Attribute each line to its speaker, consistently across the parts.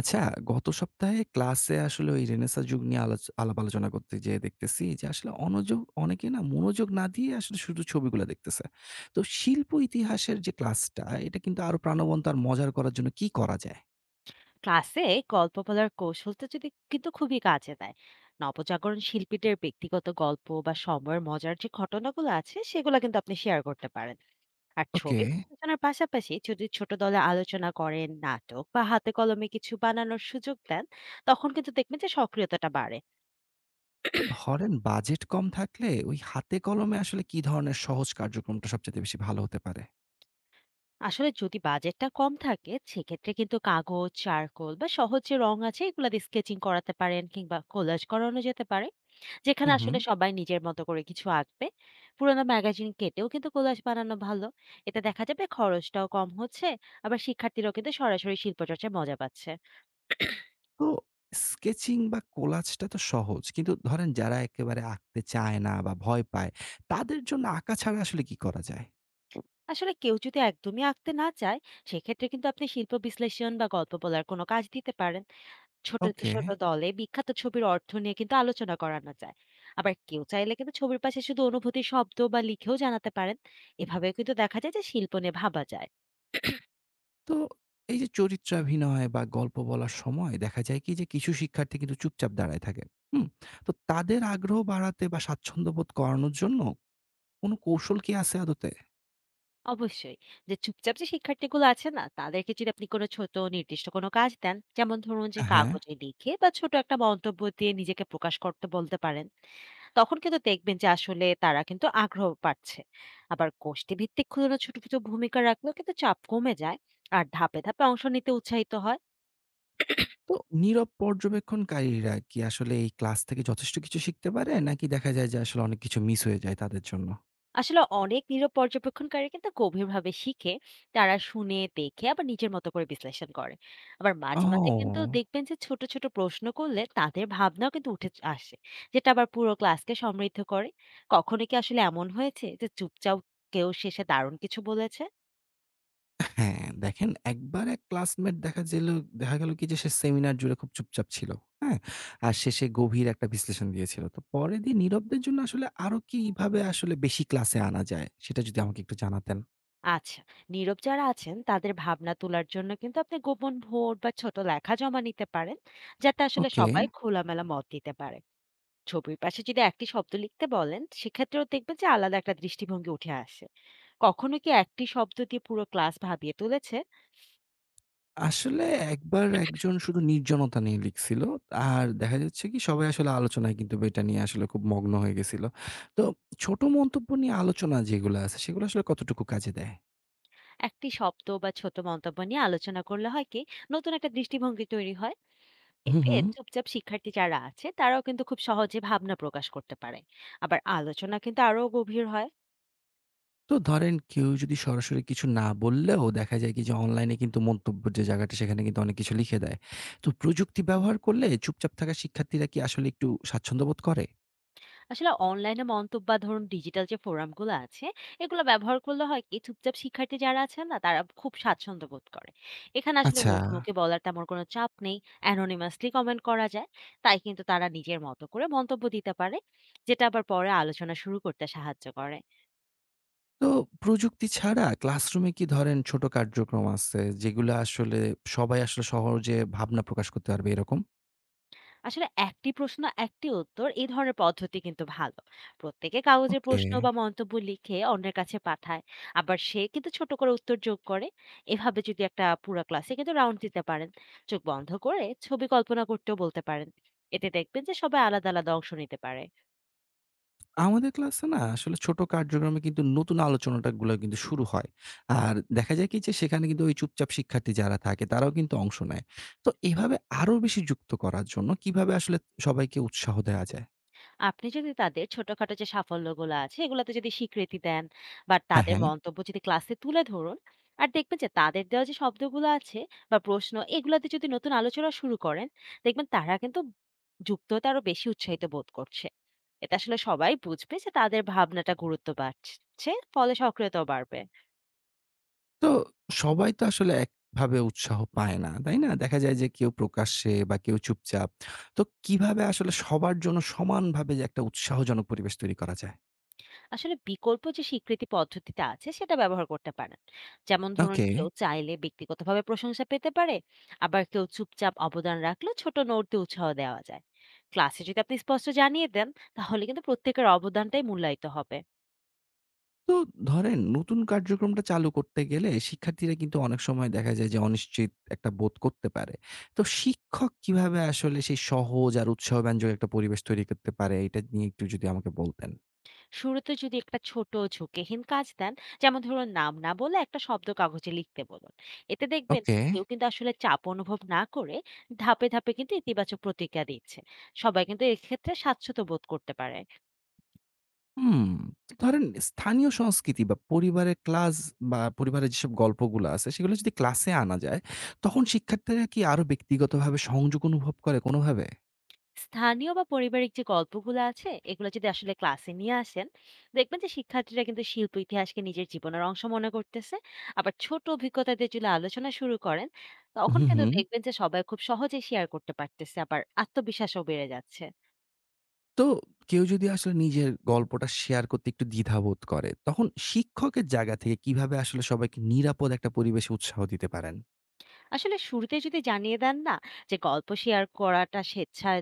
Speaker 1: আচ্ছা, গত সপ্তাহে ক্লাসে আসলে ওই রেনেসাঁ যুগ নিয়ে আলাচ আলাপ আলোচনা করতে যেয়ে দেখতেছি যে আসলে অনেকে মনোযোগ না দিয়ে আসলে শুধু ছবিগুলা দেখতেছে। তো শিল্প ইতিহাসের যে ক্লাসটা এটা কিন্তু আরো প্রাণবন্ত আর মজার করার জন্য কি করা যায়?
Speaker 2: ক্লাসে গল্প বলার কৌশলটা যদি কিন্তু খুবই কাজে দেয়। নবজাগরণ শিল্পীদের ব্যক্তিগত গল্প বা সময়ের মজার যে ঘটনাগুলো আছে, সেগুলো কিন্তু আপনি শেয়ার করতে পারেন। আর
Speaker 1: ওকে।
Speaker 2: ছবি আলোচনার পাশাপাশি যদি ছোট দলে আলোচনা করেন, নাটক বা হাতে কলমে কিছু বানানোর সুযোগ দেন, তখন কিন্তু দেখবেন যে সক্রিয়তাটা বাড়ে।
Speaker 1: তো ধরেন বাজেট কম থাকলে ওই হাতে কলমে আসলে কি ধরনের সহজ কার্যক্রমটা সবচাইতে বেশি ভালো হতে পারে?
Speaker 2: আসলে যদি বাজেটটা কম থাকে, সেক্ষেত্রে কিন্তু কাগজ, চারকোল বা সহজ যে রং আছে, এগুলো দিয়ে স্কেচিং করাতে পারেন, কিংবা কোলাজ করানো যেতে পারে, যেখানে
Speaker 1: হুম, হুম।
Speaker 2: আসলে সবাই নিজের মতো করে কিছু আঁকবে। পুরোনো ম্যাগাজিন কেটেও কিন্তু কোলাজ বানানো ভালো। এতে দেখা যাবে খরচটাও কম হচ্ছে, আবার শিক্ষার্থীরাও কিন্তু সরাসরি শিল্পচর্চায় মজা পাচ্ছে।
Speaker 1: তো স্কেচিং বা কোলাজটা তো সহজ। কিন্তু ধরেন যারা একেবারে আঁকতে চায় না বা ভয় পায় তাদের জন্য আঁকা ছাড়া আসলে কি করা যায়?
Speaker 2: আসলে কেউ যদি একদমই আঁকতে না চায়, সেক্ষেত্রে কিন্তু আপনি শিল্প বিশ্লেষণ বা গল্প বলার কোনো কাজ দিতে পারেন। ছোট,
Speaker 1: ওকে।
Speaker 2: ছোট দলে বিখ্যাত ছবির অর্থ নিয়ে কিন্তু আলোচনা করানো যায়। আবার কেউ চাইলে কিন্তু ছবির পাশে শুধু অনুভূতির শব্দ বা লিখেও জানাতে পারেন। এভাবেও কিন্তু দেখা যায় যে শিল্প নিয়ে ভাবা যায়।
Speaker 1: তো এই যে চরিত্রাভিনয় বা গল্প বলার সময় দেখা যায় কি যে কিছু শিক্ষার্থী কিন্তু চুপচাপ দাঁড়ায় থাকে। হুম? তো তাদের আগ্রহ বাড়াতে বা স্বাচ্ছন্দ্য বোধ করানোর জন্য কোনো কৌশল কি আছে আদতে?
Speaker 2: অবশ্যই, যে চুপচাপ যে শিক্ষার্থীগুলো আছে না, তাদেরকে যদি আপনি কোনো ছোট নির্দিষ্ট কোনো কাজ দেন, যেমন ধরুন যে
Speaker 1: আ হ্যাঁ।
Speaker 2: কাগজে লিখে বা ছোট একটা মন্তব্য দিয়ে নিজেকে প্রকাশ করতে বলতে পারেন, তখন কিন্তু দেখবেন যে আসলে তারা কিন্তু আগ্রহ পাচ্ছে। আবার গোষ্ঠী ভিত্তিক কোনো ছোট ছোট ভূমিকা রাখলেও কিন্তু চাপ কমে যায়, আর ধাপে ধাপে অংশ নিতে উৎসাহিত হয়।
Speaker 1: তো নীরব পর্যবেক্ষণকারীরা কি আসলে এই ক্লাস থেকে যথেষ্ট কিছু শিখতে পারে? নাকি দেখা যায় যে আসলে অনেক কিছু মিস হয়ে যায় তাদের জন্য?
Speaker 2: আসলে অনেক নীরব পর্যবেক্ষণকারী কিন্তু গভীরভাবে শিখে। তারা শুনে, দেখে, আবার নিজের মতো করে বিশ্লেষণ করে। আবার মাঝে মাঝে কিন্তু
Speaker 1: ও!
Speaker 2: দেখবেন যে ছোট ছোট প্রশ্ন করলে তাদের ভাবনাও কিন্তু উঠে আসে, যেটা আবার পুরো ক্লাসকে সমৃদ্ধ করে। কখনো কি আসলে এমন হয়েছে যে চুপচাপ কেউ শেষে দারুণ কিছু বলেছে?
Speaker 1: হ্যাঁ, দেখেন একবার এক ক্লাসমেট দেখা গেল কি যে সে সেমিনার জুড়ে খুব চুপচাপ ছিল। হ্যাঁ? আর শেষে গভীর একটা বিশ্লেষণ দিয়েছিল। তো পরের দিন নীরবদের জন্য আসলে আরো কিভাবে আসলে বেশি ক্লাসে আনা যায় সেটা যদি আমাকে একটু জানাতেন।
Speaker 2: আচ্ছা, নীরব যারা আছেন তাদের ভাবনা তোলার জন্য কিন্তু আপনি গোপন ভোট বা ছোট লেখা জমা নিতে পারেন, যাতে আসলে
Speaker 1: ওকে।
Speaker 2: সবাই খোলামেলা মত দিতে পারে। ছবির পাশে যদি একটি শব্দ লিখতে বলেন, সেক্ষেত্রেও দেখবেন যে আলাদা একটা দৃষ্টিভঙ্গি উঠে আসে। কখনো কি একটি শব্দ দিয়ে পুরো ক্লাস ভাবিয়ে তুলেছে?
Speaker 1: আসলে একবার একজন শুধু নির্জনতা নিয়ে লিখছিল। আর দেখা যাচ্ছে কি সবাই আসলে আলোচনায় কিন্তু এটা নিয়ে আসলে খুব মগ্ন হয়ে গেছিল। তো ছোট মন্তব্য নিয়ে আলোচনা যেগুলো আছে সেগুলো আসলে কতটুকু কাজে দেয়?
Speaker 2: একটি শব্দ বা ছোট মন্তব্য নিয়ে আলোচনা করলে হয় কি, নতুন একটা দৃষ্টিভঙ্গি তৈরি হয়।
Speaker 1: হু,
Speaker 2: এতে
Speaker 1: হু।
Speaker 2: চুপচাপ শিক্ষার্থী যারা আছে, তারাও কিন্তু খুব সহজে ভাবনা প্রকাশ করতে পারে। আবার আলোচনা কিন্তু আরো গভীর হয়।
Speaker 1: তো ধরেন কেউ যদি সরাসরি কিছু না বললেও দেখা যায় কি যে অনলাইনে কিন্তু মন্তব্যের যে জায়গাটা সেখানে কিন্তু অনেক কিছু লিখে দেয়। তো প্রযুক্তি ব্যবহার করলে চুপচাপ থাকা শিক্ষার্থীরা কি আসলে একটু স্বাচ্ছন্দ্য বোধ করে?
Speaker 2: আসলে অনলাইনে মন্তব্য বা ধরুন ডিজিটাল যে ফোরামগুলো আছে, এগুলো ব্যবহার করলে হয় কি, চুপচাপ শিক্ষার্থী যারা আছেন না, তারা খুব স্বাচ্ছন্দ্য বোধ করে। এখানে আসলে
Speaker 1: আচ্ছা,
Speaker 2: মুখোমুখি বলার তেমন কোনো চাপ নেই। অ্যানোনিমাসলি কমেন্ট করা যায়, তাই কিন্তু তারা নিজের মতো করে মন্তব্য দিতে পারে, যেটা আবার পরে আলোচনা শুরু করতে সাহায্য করে।
Speaker 1: তো প্রযুক্তি ছাড়া ক্লাসরুমে কি ধরেন ছোট কার্যক্রম আছে যেগুলো আসলে সবাই আসলে সহজে ভাবনা প্রকাশ করতে পারবে এরকম?
Speaker 2: আসলে একটি প্রশ্ন একটি উত্তর, এই ধরনের পদ্ধতি কিন্তু ভালো। প্রত্যেকে কাগজে
Speaker 1: ওকে।
Speaker 2: প্রশ্ন বা মন্তব্য লিখে অন্যের কাছে পাঠায়, আবার সে কিন্তু ছোট করে উত্তর যোগ করে। এভাবে যদি একটা পুরো ক্লাসে কিন্তু রাউন্ড দিতে পারেন, চোখ বন্ধ করে ছবি কল্পনা করতেও বলতে পারেন। এতে দেখবেন যে সবাই আলাদা আলাদা অংশ নিতে পারে।
Speaker 1: আমাদের ক্লাসে না আসলে ছোট কার্যক্রমে কিন্তু নতুন আলোচনাটা গুলো কিন্তু শুরু হয়। আর দেখা যায় কি যে সেখানে কিন্তু ওই চুপচাপ শিক্ষার্থী যারা থাকে তারাও কিন্তু অংশ নেয়। তো এভাবে আরো বেশি যুক্ত করার জন্য কিভাবে আসলে সবাইকে উৎসাহ দেওয়া যায়?
Speaker 2: আপনি যদি তাদের ছোটখাটো যে সাফল্যগুলো আছে এগুলোতে যদি স্বীকৃতি দেন, বা
Speaker 1: হ্যাঁ,
Speaker 2: তাদের
Speaker 1: হ্যাঁ।
Speaker 2: মন্তব্য যদি ক্লাসে তুলে ধরুন, আর দেখবেন যে তাদের দেওয়া যে শব্দগুলো আছে বা প্রশ্ন, এগুলাতে যদি নতুন আলোচনা শুরু করেন, দেখবেন তারা কিন্তু যুক্ত হতে আরো বেশি উৎসাহিত বোধ করছে। এটা আসলে সবাই বুঝবে যে তাদের ভাবনাটা গুরুত্ব পাচ্ছে, ফলে সক্রিয়তাও বাড়বে।
Speaker 1: তো সবাই তো আসলে একভাবে উৎসাহ পায় না, তাই না? দেখা যায় যে কেউ প্রকাশ্যে বা কেউ চুপচাপ। তো কিভাবে আসলে সবার জন্য সমানভাবে যে একটা উৎসাহজনক পরিবেশ তৈরি করা যায়?
Speaker 2: আসলে বিকল্প যে স্বীকৃতি পদ্ধতিটা আছে সেটা ব্যবহার করতে পারেন। যেমন ধরুন
Speaker 1: ওকে।
Speaker 2: কেউ চাইলে ব্যক্তিগতভাবে প্রশংসা পেতে পারে। আবার কেউ চুপচাপ অবদান রাখলেও ছোট নোট দিয়ে উৎসাহ দেওয়া যায়। ক্লাসে যদি আপনি স্পষ্ট জানিয়ে দেন, তাহলে কিন্তু প্রত্যেকের অবদানটাই মূল্যায়িত হবে।
Speaker 1: তো ধরেন নতুন কার্যক্রমটা চালু করতে গেলে শিক্ষার্থীরা কিন্তু অনেক সময় দেখা যায় যে অনিশ্চিত একটা বোধ করতে পারে। তো শিক্ষক কিভাবে আসলে সেই সহজ আর উৎসাহব্যঞ্জক একটা পরিবেশ তৈরি করতে পারে এটা নিয়ে একটু যদি আমাকে বলতেন।
Speaker 2: শুরুতে যদি একটা ছোট ঝুঁকিহীন কাজ দেন, যেমন ধরুন নাম না বলে একটা শব্দ কাগজে লিখতে বলুন। এতে দেখবেন
Speaker 1: ওকে।
Speaker 2: যে কেউ কিন্তু আসলে চাপ অনুভব না করে ধাপে ধাপে কিন্তু ইতিবাচক প্রতিক্রিয়া দিচ্ছে। সবাই কিন্তু এক্ষেত্রে স্বাচ্ছন্দ্য বোধ করতে পারে।
Speaker 1: হুম, তো ধরেন স্থানীয় সংস্কৃতি বা পরিবারের ক্লাস বা পরিবারের যেসব গল্পগুলো আছে সেগুলো যদি ক্লাসে আনা যায় তখন শিক্ষার্থীরা কি আরো ব্যক্তিগতভাবে সংযোগ অনুভব করে কোনোভাবে?
Speaker 2: স্থানীয় বা পারিবারিক যে গল্পগুলো আছে এগুলো যদি আসলে ক্লাসে নিয়ে আসেন, দেখবেন যে শিক্ষার্থীরা কিন্তু শিল্প ইতিহাসকে নিজের জীবনের অংশ মনে করতেছে। আবার ছোট অভিজ্ঞতা দিয়ে যদি আলোচনা শুরু করেন, তখন
Speaker 1: হুম,
Speaker 2: কিন্তু
Speaker 1: হুম।
Speaker 2: দেখবেন যে সবাই খুব সহজে শেয়ার করতে পারতেছে, আবার আত্মবিশ্বাসও বেড়ে যাচ্ছে।
Speaker 1: তো কেউ যদি আসলে নিজের গল্পটা শেয়ার করতে একটু দ্বিধাবোধ করে, তখন শিক্ষকের জায়গা থেকে কিভাবে আসলে সবাইকে নিরাপদ একটা পরিবেশে উৎসাহ দিতে পারেন?
Speaker 2: আসলে শুরুতে যদি জানিয়ে দেন না, যে গল্প শেয়ার করাটা স্বেচ্ছায়,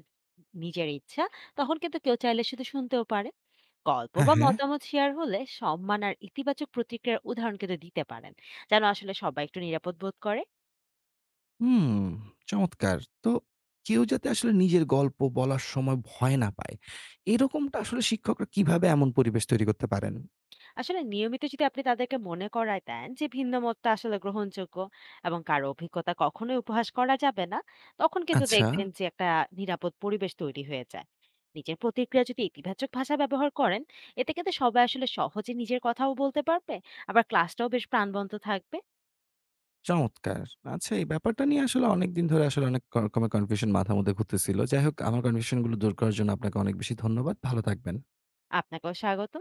Speaker 2: নিজের ইচ্ছা, তখন কিন্তু কেউ চাইলে শুধু শুনতেও পারে। গল্প
Speaker 1: হ্যাঁ,
Speaker 2: বা
Speaker 1: হ্যাঁ।
Speaker 2: মতামত শেয়ার হলে সম্মান আর ইতিবাচক প্রতিক্রিয়ার উদাহরণ কিন্তু দিতে পারেন, যেন আসলে সবাই একটু নিরাপদ বোধ করে।
Speaker 1: হুম, চমৎকার। তো কেউ যাতে আসলে নিজের গল্প বলার সময় ভয় না পায়, এরকমটা আসলে শিক্ষকরা কিভাবে এমন পরিবেশ তৈরি করতে পারেন?
Speaker 2: আসলে নিয়মিত যদি আপনি তাদেরকে মনে করায় দেন যে ভিন্ন মতটা আসলে গ্রহণযোগ্য, এবং কারো অভিজ্ঞতা কখনোই উপহাস করা যাবে না, তখন কিন্তু
Speaker 1: আচ্ছা।
Speaker 2: দেখবেন যে একটা নিরাপদ পরিবেশ তৈরি হয়ে যায়। নিজের প্রতিক্রিয়া যদি ইতিবাচক ভাষা ব্যবহার করেন, এতে কিন্তু সবাই আসলে সহজে নিজের কথাও বলতে পারবে, আবার ক্লাসটাও বেশ প্রাণবন্ত থাকবে।
Speaker 1: চমৎকার! আচ্ছা এই ব্যাপারটা নিয়ে আসলে অনেকদিন ধরে আসলে অনেক ক রকমের কনফিউশন মাথার মধ্যে ঘুরতেছিল। যাই হোক আমার কনফিউশন গুলো দূর করার জন্য আপনাকে অনেক বেশি ধন্যবাদ। ভালো থাকবেন।
Speaker 2: আপনাকেও স্বাগত।